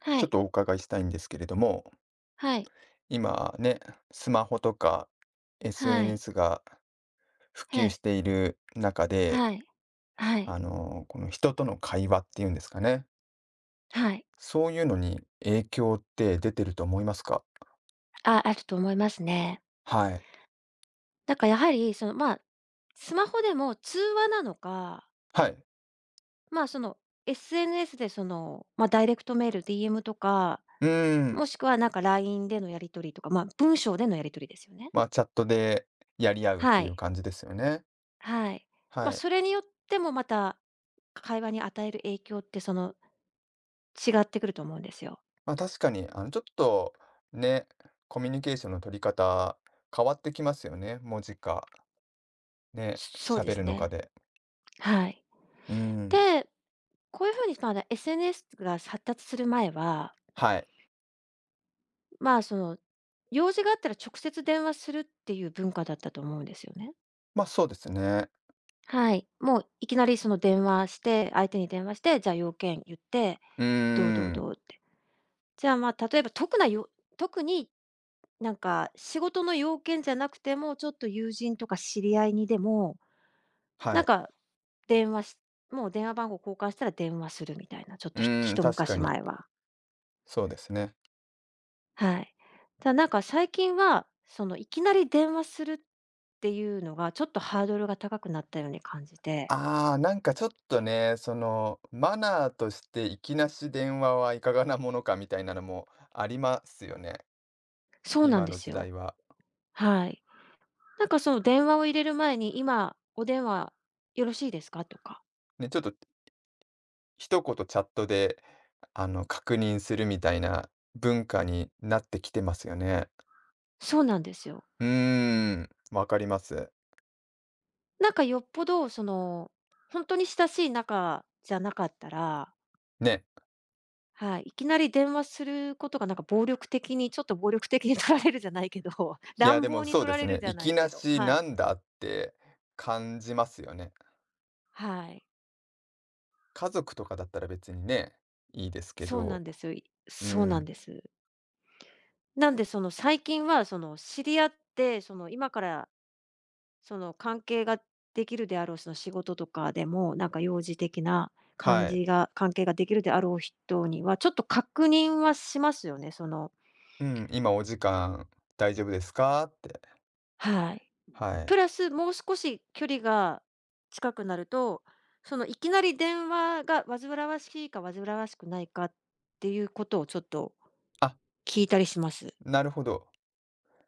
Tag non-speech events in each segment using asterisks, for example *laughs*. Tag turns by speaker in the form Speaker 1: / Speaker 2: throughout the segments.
Speaker 1: は
Speaker 2: ちょっ
Speaker 1: い、
Speaker 2: とお伺いしたいんですけれども、
Speaker 1: はい、
Speaker 2: 今ね、スマホとか
Speaker 1: はい、
Speaker 2: SNS が普
Speaker 1: え
Speaker 2: 及
Speaker 1: え、
Speaker 2: している中で、
Speaker 1: はい、はい、
Speaker 2: この人との会話っていうんですかね、
Speaker 1: はい。
Speaker 2: そういうのに影響って出てると思いますか？
Speaker 1: あ、あると思いますね。
Speaker 2: はい。
Speaker 1: だからやはり、スマホでも通話なのか、
Speaker 2: はい。
Speaker 1: まあ、その、SNS でダイレクトメール、DM とか、
Speaker 2: うー
Speaker 1: も
Speaker 2: ん。
Speaker 1: しくはなんか LINE でのやり取りとか、まあ、文章でのやり取りですよね。
Speaker 2: まあ、チャットでやり合うっ
Speaker 1: は
Speaker 2: てい
Speaker 1: い、
Speaker 2: う感じですよね。
Speaker 1: はい。まあ、
Speaker 2: はい。
Speaker 1: それによってもまた、会話に与える影響って、違ってくると思うんですよ。
Speaker 2: まあ、確かに、ちょっとね、コミュニケーションの取り方変わってきますよね、文字か、ね、
Speaker 1: そうで
Speaker 2: 喋
Speaker 1: す
Speaker 2: るのか
Speaker 1: ね。
Speaker 2: で。
Speaker 1: はい。
Speaker 2: うーん、
Speaker 1: で、こういう風に、まだ SNS が発達する前は、
Speaker 2: はい。
Speaker 1: まあ、その、用事があったら直接電話するっていう文化だったと思うんですよね。
Speaker 2: ま、あそうですね。
Speaker 1: はい。もういきなりその電話して、相手に電話して、じゃあ要件言って、
Speaker 2: うー
Speaker 1: どうどう
Speaker 2: ん。
Speaker 1: どうって。じゃあ、まあ、例えば特になんか仕事の要件じゃなくても、ちょっと友人とか知り合いにでも、
Speaker 2: は
Speaker 1: なん
Speaker 2: い。
Speaker 1: か電話しもう電話番号交換したら電話するみたいな、ちょっと
Speaker 2: うーん、
Speaker 1: 一
Speaker 2: 確か
Speaker 1: 昔
Speaker 2: に。
Speaker 1: 前は。
Speaker 2: そうですね。
Speaker 1: はい。ただなんか最近は、そのいきなり電話するっていうのが、ちょっとハードルが高くなったように感じて。
Speaker 2: ああ、なんかちょっとね、その、マナーとしていきなし電話はいかがなものかみたいなのもありますよね、
Speaker 1: そうなん
Speaker 2: 今
Speaker 1: で
Speaker 2: の
Speaker 1: す
Speaker 2: 時代
Speaker 1: よ。
Speaker 2: は。
Speaker 1: はい。なんかその電話を入れる前に「今お電話よろしいですか？」とか。
Speaker 2: ね、ちょっと一言チャットで、確認するみたいな文化になってきてますよね。
Speaker 1: そうなんですよ。
Speaker 2: うーん、わかります。
Speaker 1: なんかよっぽどその、ほんとに親しい仲じゃなかったら、
Speaker 2: ね。
Speaker 1: はい、いきなり電話することがなんか暴力的に取られるじゃないけど、*laughs*
Speaker 2: いや、
Speaker 1: 乱
Speaker 2: で
Speaker 1: 暴
Speaker 2: も
Speaker 1: に
Speaker 2: そう
Speaker 1: 取
Speaker 2: で
Speaker 1: ら
Speaker 2: す
Speaker 1: れる
Speaker 2: ね、
Speaker 1: じゃ
Speaker 2: い
Speaker 1: な
Speaker 2: き
Speaker 1: いけ
Speaker 2: な
Speaker 1: ど、
Speaker 2: し
Speaker 1: はい。
Speaker 2: なんだって感じますよね。
Speaker 1: はい。
Speaker 2: 家族とかだったら別にね、いいですけ
Speaker 1: そうな
Speaker 2: ど、
Speaker 1: んですよ。
Speaker 2: う
Speaker 1: そうなん
Speaker 2: ん、
Speaker 1: です。なんでその最近はその知り合って、その今からその関係ができるであろう、その仕事とかでも、なんか幼児的な感
Speaker 2: はい。
Speaker 1: じが関係ができるであろう人には、ちょっと確認はしますよね、その。
Speaker 2: うん、今お時間大丈夫ですか？って、
Speaker 1: はい。
Speaker 2: は
Speaker 1: プ
Speaker 2: い。
Speaker 1: ラスもう少し距離が近くなると、そのいきなり電話が煩わしいか煩わしくないかっていうことをちょっと
Speaker 2: あ、
Speaker 1: 聞いたりします。
Speaker 2: なるほど。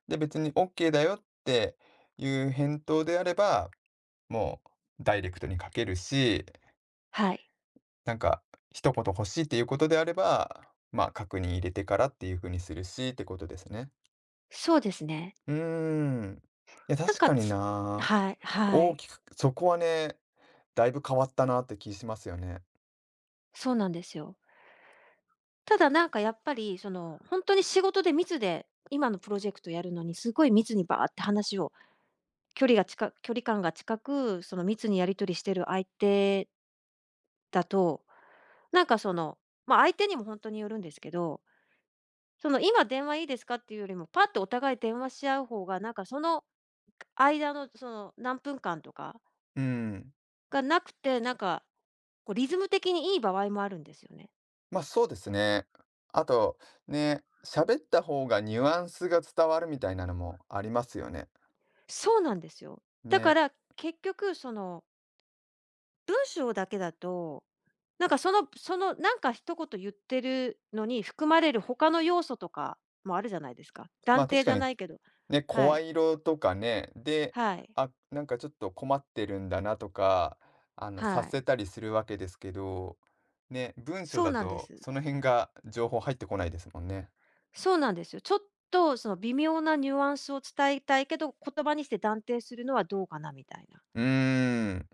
Speaker 2: で、別にオッケーだよっていう返答であれば、もうダイレクトにかけるし、
Speaker 1: はい。
Speaker 2: なんか一言欲しいっていうことであれば、ま、あ確認入れてからっていう風にするしってことですね。
Speaker 1: そうですね。
Speaker 2: うーん。いや、
Speaker 1: なん
Speaker 2: 確
Speaker 1: か、
Speaker 2: かに
Speaker 1: つ
Speaker 2: な。
Speaker 1: はい、は
Speaker 2: 大
Speaker 1: い。
Speaker 2: きくそこはね、だいぶ変わったなって気しますよね。
Speaker 1: そうなんですよ。ただなんかやっぱり、その、本当に仕事で密で、今のプロジェクトやるのにすごい密にバーって話を、距離感が近く、その密にやり取りしてる相手だと、なんかその、ま、相手にも本当によるんですけど、その「今電話いいですか？」っていうよりも、パッとお互い電話し合う方が、なんかその間のその何分間とか
Speaker 2: うん。
Speaker 1: がなくて、なんかこうリズム的にいい場合もあるんですよね。
Speaker 2: ま、あそうですね。あと、ね、喋った方がニュアンスが伝わるみたいなのもありますよね。
Speaker 1: そうなんですよ。だか
Speaker 2: ね。
Speaker 1: ら結局その文章だけだと、なんか一言言ってるのに含まれる他の要素とかもあるじゃないですか。
Speaker 2: ま
Speaker 1: 断
Speaker 2: あ、
Speaker 1: 定
Speaker 2: 確
Speaker 1: じ
Speaker 2: か
Speaker 1: ゃ
Speaker 2: に、
Speaker 1: ないけど。
Speaker 2: ね、
Speaker 1: はい。
Speaker 2: 声色とかね、で、
Speaker 1: はい。
Speaker 2: あ、なんかちょっと困ってるんだなとか、察
Speaker 1: はい。
Speaker 2: せたりするわけですけど、ね、文章
Speaker 1: そう
Speaker 2: だ
Speaker 1: なんで
Speaker 2: と
Speaker 1: す。
Speaker 2: その辺が情報入ってこないですもんね。
Speaker 1: そうなんですよ。ちょっとその微妙なニュアンスを伝えたいけど、言葉にして断定するのはどうかなみたいな。だ
Speaker 2: うーん、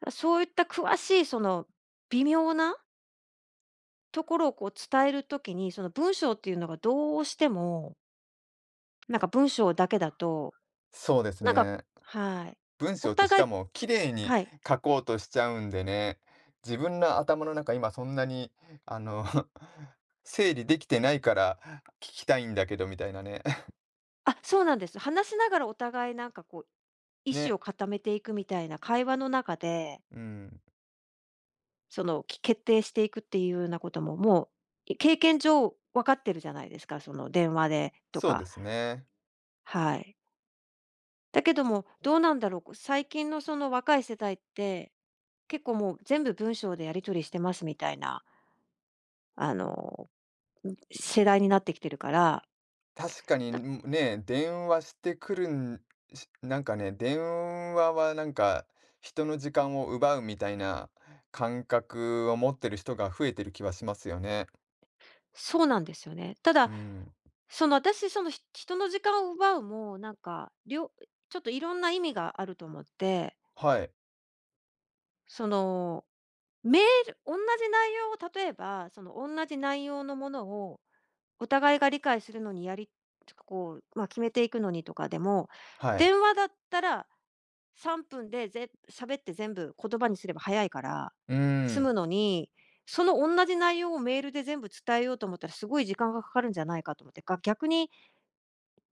Speaker 1: からそういった詳しいその微妙なところをこう伝えるときに、その文章っていうのがどうしても、なんか文章だけだと、
Speaker 2: そうです
Speaker 1: なんか、
Speaker 2: ね。
Speaker 1: はい。
Speaker 2: 文
Speaker 1: お
Speaker 2: 章ってし
Speaker 1: 互い、
Speaker 2: かも綺麗に
Speaker 1: はい。
Speaker 2: 書こうとしちゃうんでね、自分の頭の中今そんなに、あの、*laughs* 整理できてないから聞きたいんだけどみたいなね。
Speaker 1: あ、そうなんです。話しながらお互いなんかこう、
Speaker 2: *laughs*
Speaker 1: 意思
Speaker 2: ね、
Speaker 1: を固めていくみたいな会話の中で、
Speaker 2: うん、
Speaker 1: 決定していくっていうようなことも、もう、経験上分かってるじゃないですか、その電話でと
Speaker 2: そうで
Speaker 1: か、
Speaker 2: すね。
Speaker 1: はい。だけども、どうなんだろう、こう最近のその若い世代って、結構もう全部文章でやり取りしてますみたいな、あの、世代になってきてるから、
Speaker 2: 確かに、
Speaker 1: だ
Speaker 2: ん、ね、電話してくるんしなんかね、電話はなんか人の時間を奪うみたいな感覚を持ってる人が増えてる気はしますよね。
Speaker 1: そうなんですよね。た
Speaker 2: う
Speaker 1: だ
Speaker 2: ん、
Speaker 1: その私、その、人の時間を奪うも、なんか、ちょっといろんな意味があると思って、
Speaker 2: はい、
Speaker 1: その、メール、同じ内容を例えば、同じ内容のものをお互いが理解するのにやりちょっとこう、まあ、決めていくのにとかでも、
Speaker 2: はい。
Speaker 1: 電話だったら3分で喋って全部言葉にすれば早いから
Speaker 2: う
Speaker 1: 済む
Speaker 2: ん、
Speaker 1: のに、その同じ内容をメールで全部伝えようと思ったらすごい時間がかかるんじゃないかと思って、逆に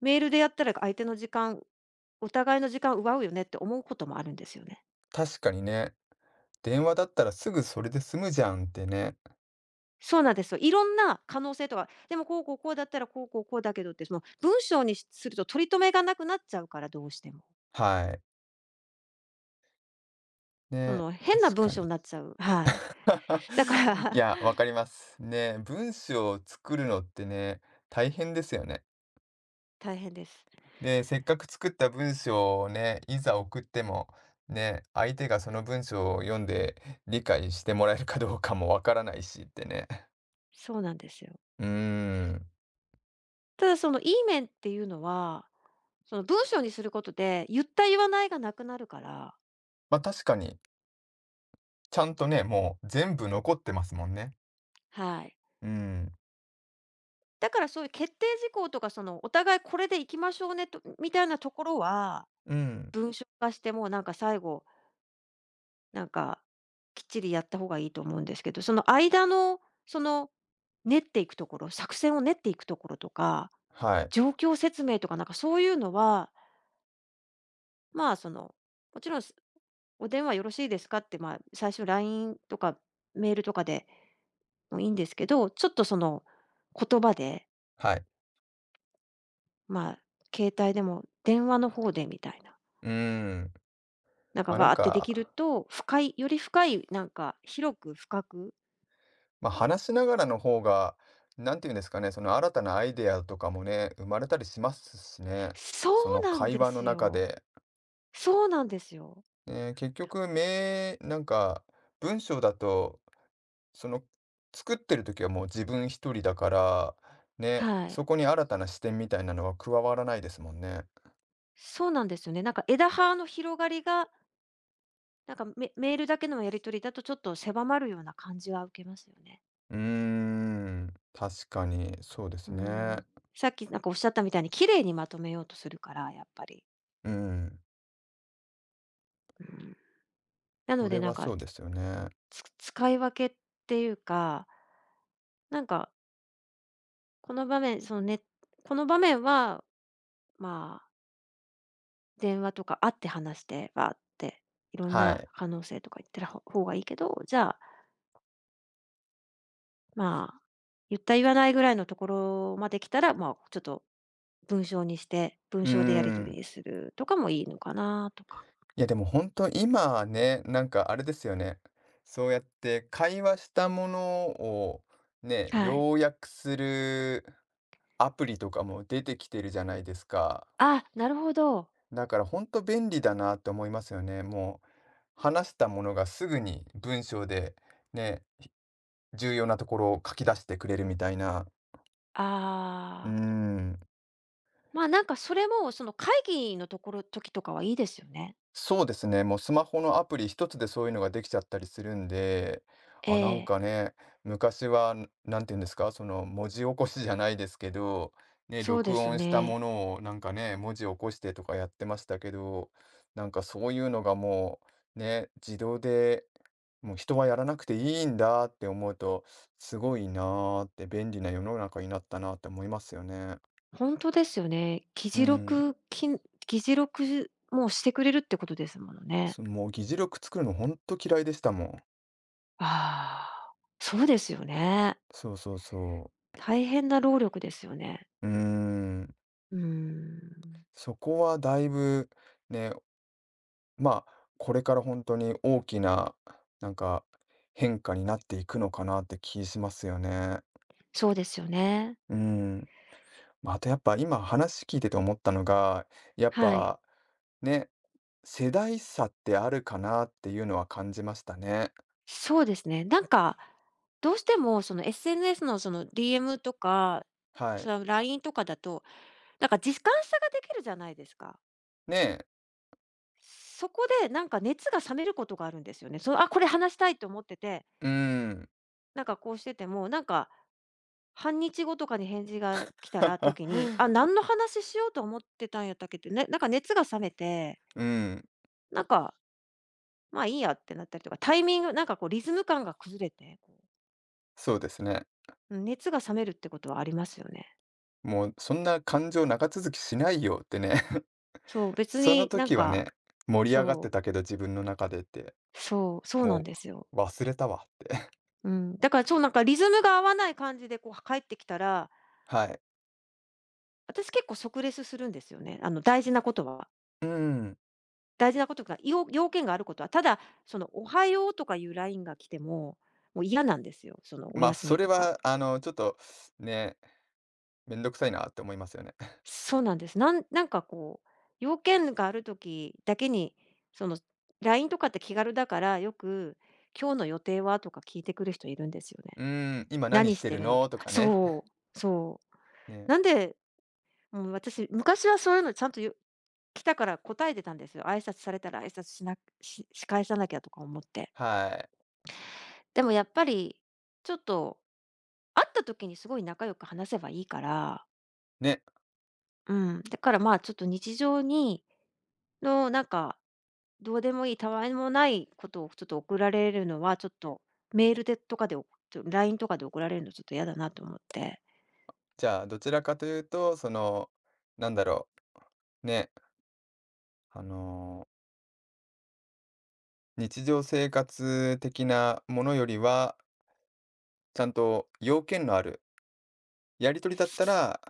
Speaker 1: メールでやったら相手の時間お互いの時間奪うよねって思うこともあるんですよね。
Speaker 2: 確かにね。電話だったらすぐそれで済むじゃんってね。
Speaker 1: そうなんですよ。いろんな可能性とか、でもこうこうこうだったらこうこうこうだけどって、その文章にすると取り留めがなくなっちゃうから、どうしても。
Speaker 2: はい。
Speaker 1: そ
Speaker 2: ね、
Speaker 1: の変な
Speaker 2: 確
Speaker 1: 文
Speaker 2: か
Speaker 1: 章に
Speaker 2: に。
Speaker 1: なっちゃう。はい。だか
Speaker 2: *laughs* い
Speaker 1: ら
Speaker 2: や、わ
Speaker 1: *laughs*、
Speaker 2: かります。ね、文章を作るのってね、大変ですよね。
Speaker 1: 大変です。
Speaker 2: で、せっかく作った文章をね、いざ送っても、ね、相手がその文章を読んで理解してもらえるかどうかもわからないしってね。
Speaker 1: そうなんですよ。
Speaker 2: うーん。
Speaker 1: ただそのいい面っていうのは、その文章にすることで、言った言わないがなくなるから、
Speaker 2: ま、確かに、ちゃんとね、もう全部残ってますもんね。
Speaker 1: はい。
Speaker 2: うん。
Speaker 1: だからそういう決定事項とか、そのお互いこれでいきましょうねとみたいなところは、
Speaker 2: うん。
Speaker 1: 文章化してもうなんか最後、なんか、きっちりやった方がいいと思うんですけど、その間の、その、練っていくところ、作戦を練っていくところとか、
Speaker 2: はい。
Speaker 1: 状況説明とか、なんかそういうのは、まあ、その、もちろんお電話よろしいですかって、まあ、最初 LINE とかメールとかでもいいんですけど、ちょっとその言葉で、
Speaker 2: はい。
Speaker 1: まあ、携帯でも電話の方でみたいな、
Speaker 2: うーん。
Speaker 1: なんか
Speaker 2: ま、な
Speaker 1: わ
Speaker 2: ん
Speaker 1: ーってできる
Speaker 2: か
Speaker 1: と、より深い、なんか広く深く、
Speaker 2: まあ、話しながらの方が、なんて言うんですかね、その新たなアイデアとかもね、生まれたりしますしね。そ
Speaker 1: そう
Speaker 2: の
Speaker 1: なん
Speaker 2: 会
Speaker 1: で
Speaker 2: 話の
Speaker 1: す
Speaker 2: 中
Speaker 1: よ。
Speaker 2: で。
Speaker 1: そうなんですよ。
Speaker 2: ね、結局めなんか、文章だと、その、作ってる時はもう自分一人だから、ね、
Speaker 1: は
Speaker 2: そ
Speaker 1: い。
Speaker 2: こに新たな視点みたいなのは加わらないですもんね。
Speaker 1: そうなんですよね。なんか枝葉の広がりが、なんかメールだけのやり取りだとちょっと狭まるような感じは受けますよね。
Speaker 2: うーん、確かにそうで
Speaker 1: う
Speaker 2: す
Speaker 1: ん。
Speaker 2: ね。
Speaker 1: さっきなんかおっしゃったみたいに綺麗にまとめようとするから、やっぱり。
Speaker 2: うん、
Speaker 1: うん。なの
Speaker 2: そ
Speaker 1: で
Speaker 2: れ
Speaker 1: なん
Speaker 2: は
Speaker 1: か、
Speaker 2: そうですよね。
Speaker 1: 使い分けっていうか、なんか、この場面、そのねこの場面は、まあ、電話とか会って話して、わーって、いろん
Speaker 2: は
Speaker 1: な
Speaker 2: い。
Speaker 1: 可能性とか言ってる方がいいけど、じゃあ、まあ、言った言わないぐらいのところまで来たら、まあ、ちょっと文章にして、文
Speaker 2: うー
Speaker 1: 章でやり取
Speaker 2: ん。
Speaker 1: りにするとかもいいのかなとか。
Speaker 2: いやでも本当今はね、なんかあれですよね。そうやって会話したものをね、
Speaker 1: はい。
Speaker 2: 要約するアプリとかも出てきてるじゃないですか。
Speaker 1: あ、なるほど。
Speaker 2: だから本当便利だなって思いますよね。もう話したものがすぐに文章でね、重要なところを書き出してくれるみたいな。う
Speaker 1: ああ。
Speaker 2: ん。
Speaker 1: まあ、なんかそれもその会議のところ時とかはいいですよね。
Speaker 2: そうですね、もうスマホのアプリ一つでそういうのができちゃったりするんで、
Speaker 1: え
Speaker 2: あ、なん
Speaker 1: え、
Speaker 2: かね、昔は、んなんていうんですか、その文字起こしじゃないですけど、ね、
Speaker 1: そうで
Speaker 2: 録
Speaker 1: すよ
Speaker 2: 音したも
Speaker 1: ね。
Speaker 2: のをなんかね、文字起こしてとかやってましたけど、なんかそういうのがもうね、自動で、もう人はやらなくていいんだって思うと、すごいなーって便利な世の中になったなって思いますよね。
Speaker 1: 本当ですよね。
Speaker 2: うん。
Speaker 1: 議事録もうしてくれるってことですものね。
Speaker 2: そもう議事録作るのほんと嫌いでしたもん。
Speaker 1: ああ、そうですよね。
Speaker 2: そうそうそう。
Speaker 1: 大変な労力ですよね。
Speaker 2: うーん、
Speaker 1: うーん、
Speaker 2: そこはだいぶね、まあ、これから本当に大きな、なんか、変化になっていくのかなって気しますよね。
Speaker 1: そうですよね。
Speaker 2: うん。まあ、あとやっぱ今話聞いてて思ったのが、やっ
Speaker 1: はい。
Speaker 2: ぱ、ね、世代差ってあるかなっていうのは感じましたね。
Speaker 1: そうですね。なんか、どうしてもその SNS のその DM とか、
Speaker 2: は
Speaker 1: そ
Speaker 2: い。
Speaker 1: の LINE とかだと、なんか時間差ができるじゃないですか。
Speaker 2: ねえ、
Speaker 1: そこでなんか熱が冷めることがあるんですよね。そう、あ、これ話したいと思ってて、
Speaker 2: うん。
Speaker 1: なんかこうしてても、なんか半日後とかに返事が来たら時に、
Speaker 2: *laughs*
Speaker 1: あ、何の話しようと思ってたんやったっけって、ね、なんか熱が冷めて、
Speaker 2: うん、
Speaker 1: なんか、まあいいやってなったりとか、タイミング、なんかこうリズム感が崩れて、こう
Speaker 2: そうですね。
Speaker 1: うん熱が冷めるってことはありますよね。
Speaker 2: もうそんな感情長続きしないよってね。
Speaker 1: そう、別
Speaker 2: その
Speaker 1: になん
Speaker 2: 時は
Speaker 1: か、
Speaker 2: ね、盛り上がって
Speaker 1: そう、
Speaker 2: たけど、自分の中でって、
Speaker 1: そうなん
Speaker 2: も
Speaker 1: ですよ。
Speaker 2: う忘れたわって。*laughs*
Speaker 1: うん。だからそう、なんかリズムが合わない感じでこう帰ってきたら、
Speaker 2: はい。
Speaker 1: 私結構即レスするんですよね。あの大事なことは。
Speaker 2: うーん。
Speaker 1: 大事なことが、よ要件があることは。ただ、そのおはようとかいうラインが来ても、もう嫌なんですよ。そのお
Speaker 2: ま、あ
Speaker 1: 休
Speaker 2: そ
Speaker 1: み
Speaker 2: れ
Speaker 1: とか。
Speaker 2: は、ちょっとね、めんどくさいなって思いますよね。*laughs*
Speaker 1: そうなんです。なんなんかこう、要件があるときだけに、そのラインとかって気軽だから、よく今日の予定はとか聞いてくる人いるんですよね。
Speaker 2: うーん、今何
Speaker 1: 何
Speaker 2: し
Speaker 1: し
Speaker 2: て
Speaker 1: て
Speaker 2: る
Speaker 1: るの
Speaker 2: の
Speaker 1: と。
Speaker 2: とかね。
Speaker 1: そ
Speaker 2: *laughs*
Speaker 1: う、そう。
Speaker 2: ね、
Speaker 1: なんで、うん、私、昔はそういうのちゃんと来たから答えてたんですよ。挨拶されたら挨拶し返さなきゃとか思って。
Speaker 2: はい。
Speaker 1: でもやっぱり、ちょっと会った時にすごい仲良く話せばいいから、
Speaker 2: ね、
Speaker 1: うん、だからまあちょっと日常のなんか、どうでもいい、たわいもないことをちょっと送られるのはちょっとメールでとかで、ちょ LINE とかで送られるのちょっと嫌だなと思って。
Speaker 2: じゃあ、どちらかというと、その、なんだろう、ね、あの、日常生活的なものよりは、ちゃんと要件のあるやり取りだったら、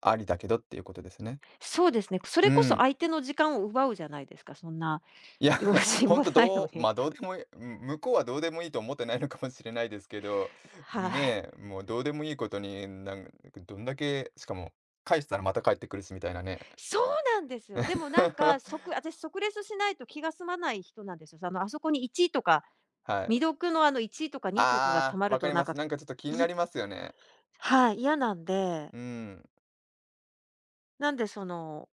Speaker 2: ありだけどっていうことですね。
Speaker 1: そうですね。そ
Speaker 2: う
Speaker 1: れこそ
Speaker 2: ん。
Speaker 1: 相手の時間を奪うじゃないですか、そんな
Speaker 2: いや、
Speaker 1: 用
Speaker 2: *laughs*
Speaker 1: 心
Speaker 2: ほ
Speaker 1: も
Speaker 2: んと
Speaker 1: ないの
Speaker 2: どう
Speaker 1: に。
Speaker 2: ま、あどうでもいいうん、向こうはどうでもいいと思ってないのかもしれないですけど、
Speaker 1: *laughs* は
Speaker 2: ね
Speaker 1: い。
Speaker 2: え、もうどうでもいいことに、なんかどんだけしかも、返したらまた返ってくるしみたいなね。
Speaker 1: そうなんですよ。でもなんか、
Speaker 2: *laughs*
Speaker 1: 私即レスしないと気が済まない人なんですよ。あそこに1とか、
Speaker 2: はい。
Speaker 1: 未読のあの1とか2とかが溜
Speaker 2: あ
Speaker 1: ま
Speaker 2: あ、
Speaker 1: る
Speaker 2: わか
Speaker 1: と
Speaker 2: り
Speaker 1: なん
Speaker 2: ま
Speaker 1: か、
Speaker 2: す。なんかちょっと気にな
Speaker 1: い
Speaker 2: りますよね。
Speaker 1: はい、嫌なんで、
Speaker 2: うん、
Speaker 1: なんでその、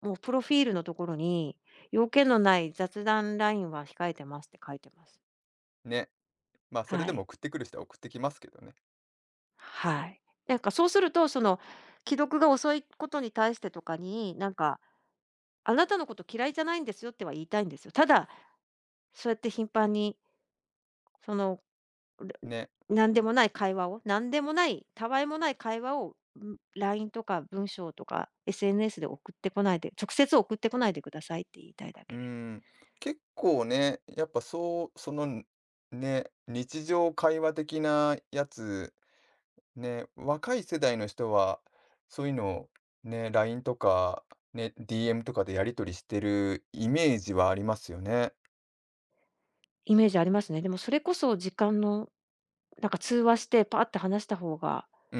Speaker 1: もうプロフィールのところに、要件のない雑談ラインは控えてますって書いてます。
Speaker 2: ね。ま、あそれ
Speaker 1: は
Speaker 2: でも
Speaker 1: い。
Speaker 2: 送ってくる人は送ってきますけどね。
Speaker 1: はい。なんかそうすると、その、既読が遅いことに対してとかに、なんか、あなたのこと嫌いじゃないんですよっては言いたいんですよ。ただ、そうやって頻繁に、その、る
Speaker 2: ね、
Speaker 1: 何でもない会話を、何でもない、たわいもない会話を、ん、LINE とか文章とか SNS で送ってこないで、直接送ってこないでくださいって言いたいだ
Speaker 2: う
Speaker 1: けで。
Speaker 2: ん。結構ね、やっぱそう、その、ね、日常会話的なやつね、若い世代の人は、そういうのをね、LINE とか、ね、DM とかでやり取りしてるイメージはありますよね。
Speaker 1: イメージありますね。でもそれこそ時間の、なんか通話してパーって話した方が
Speaker 2: うー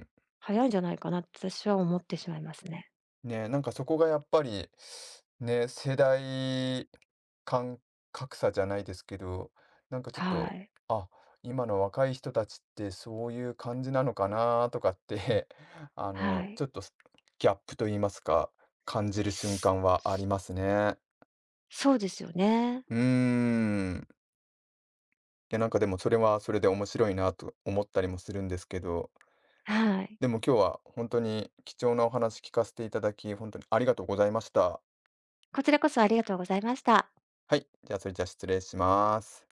Speaker 2: ん。
Speaker 1: 早いんじゃないかなって私は思ってしまいますね。
Speaker 2: ね、なんかそこがやっぱり、ね、世代間格差じゃないですけど、なんかちょっ
Speaker 1: は
Speaker 2: と、
Speaker 1: い。
Speaker 2: あ、今の若い人たちってそういう感じなのかなとかって *laughs*
Speaker 1: はい。
Speaker 2: ちょっとすギャップと言いますか、感じる瞬間はありますね。
Speaker 1: そうですよね。
Speaker 2: うーん。や、なんかでもそれはそれで面白いなと思ったりもするんですけど、
Speaker 1: はい。
Speaker 2: でも今日は本当に貴重なお話聞かせていただき、本当にありがとうございました。
Speaker 1: こちらこそありがとうございました。
Speaker 2: はい、じゃあそれじゃあ失礼します。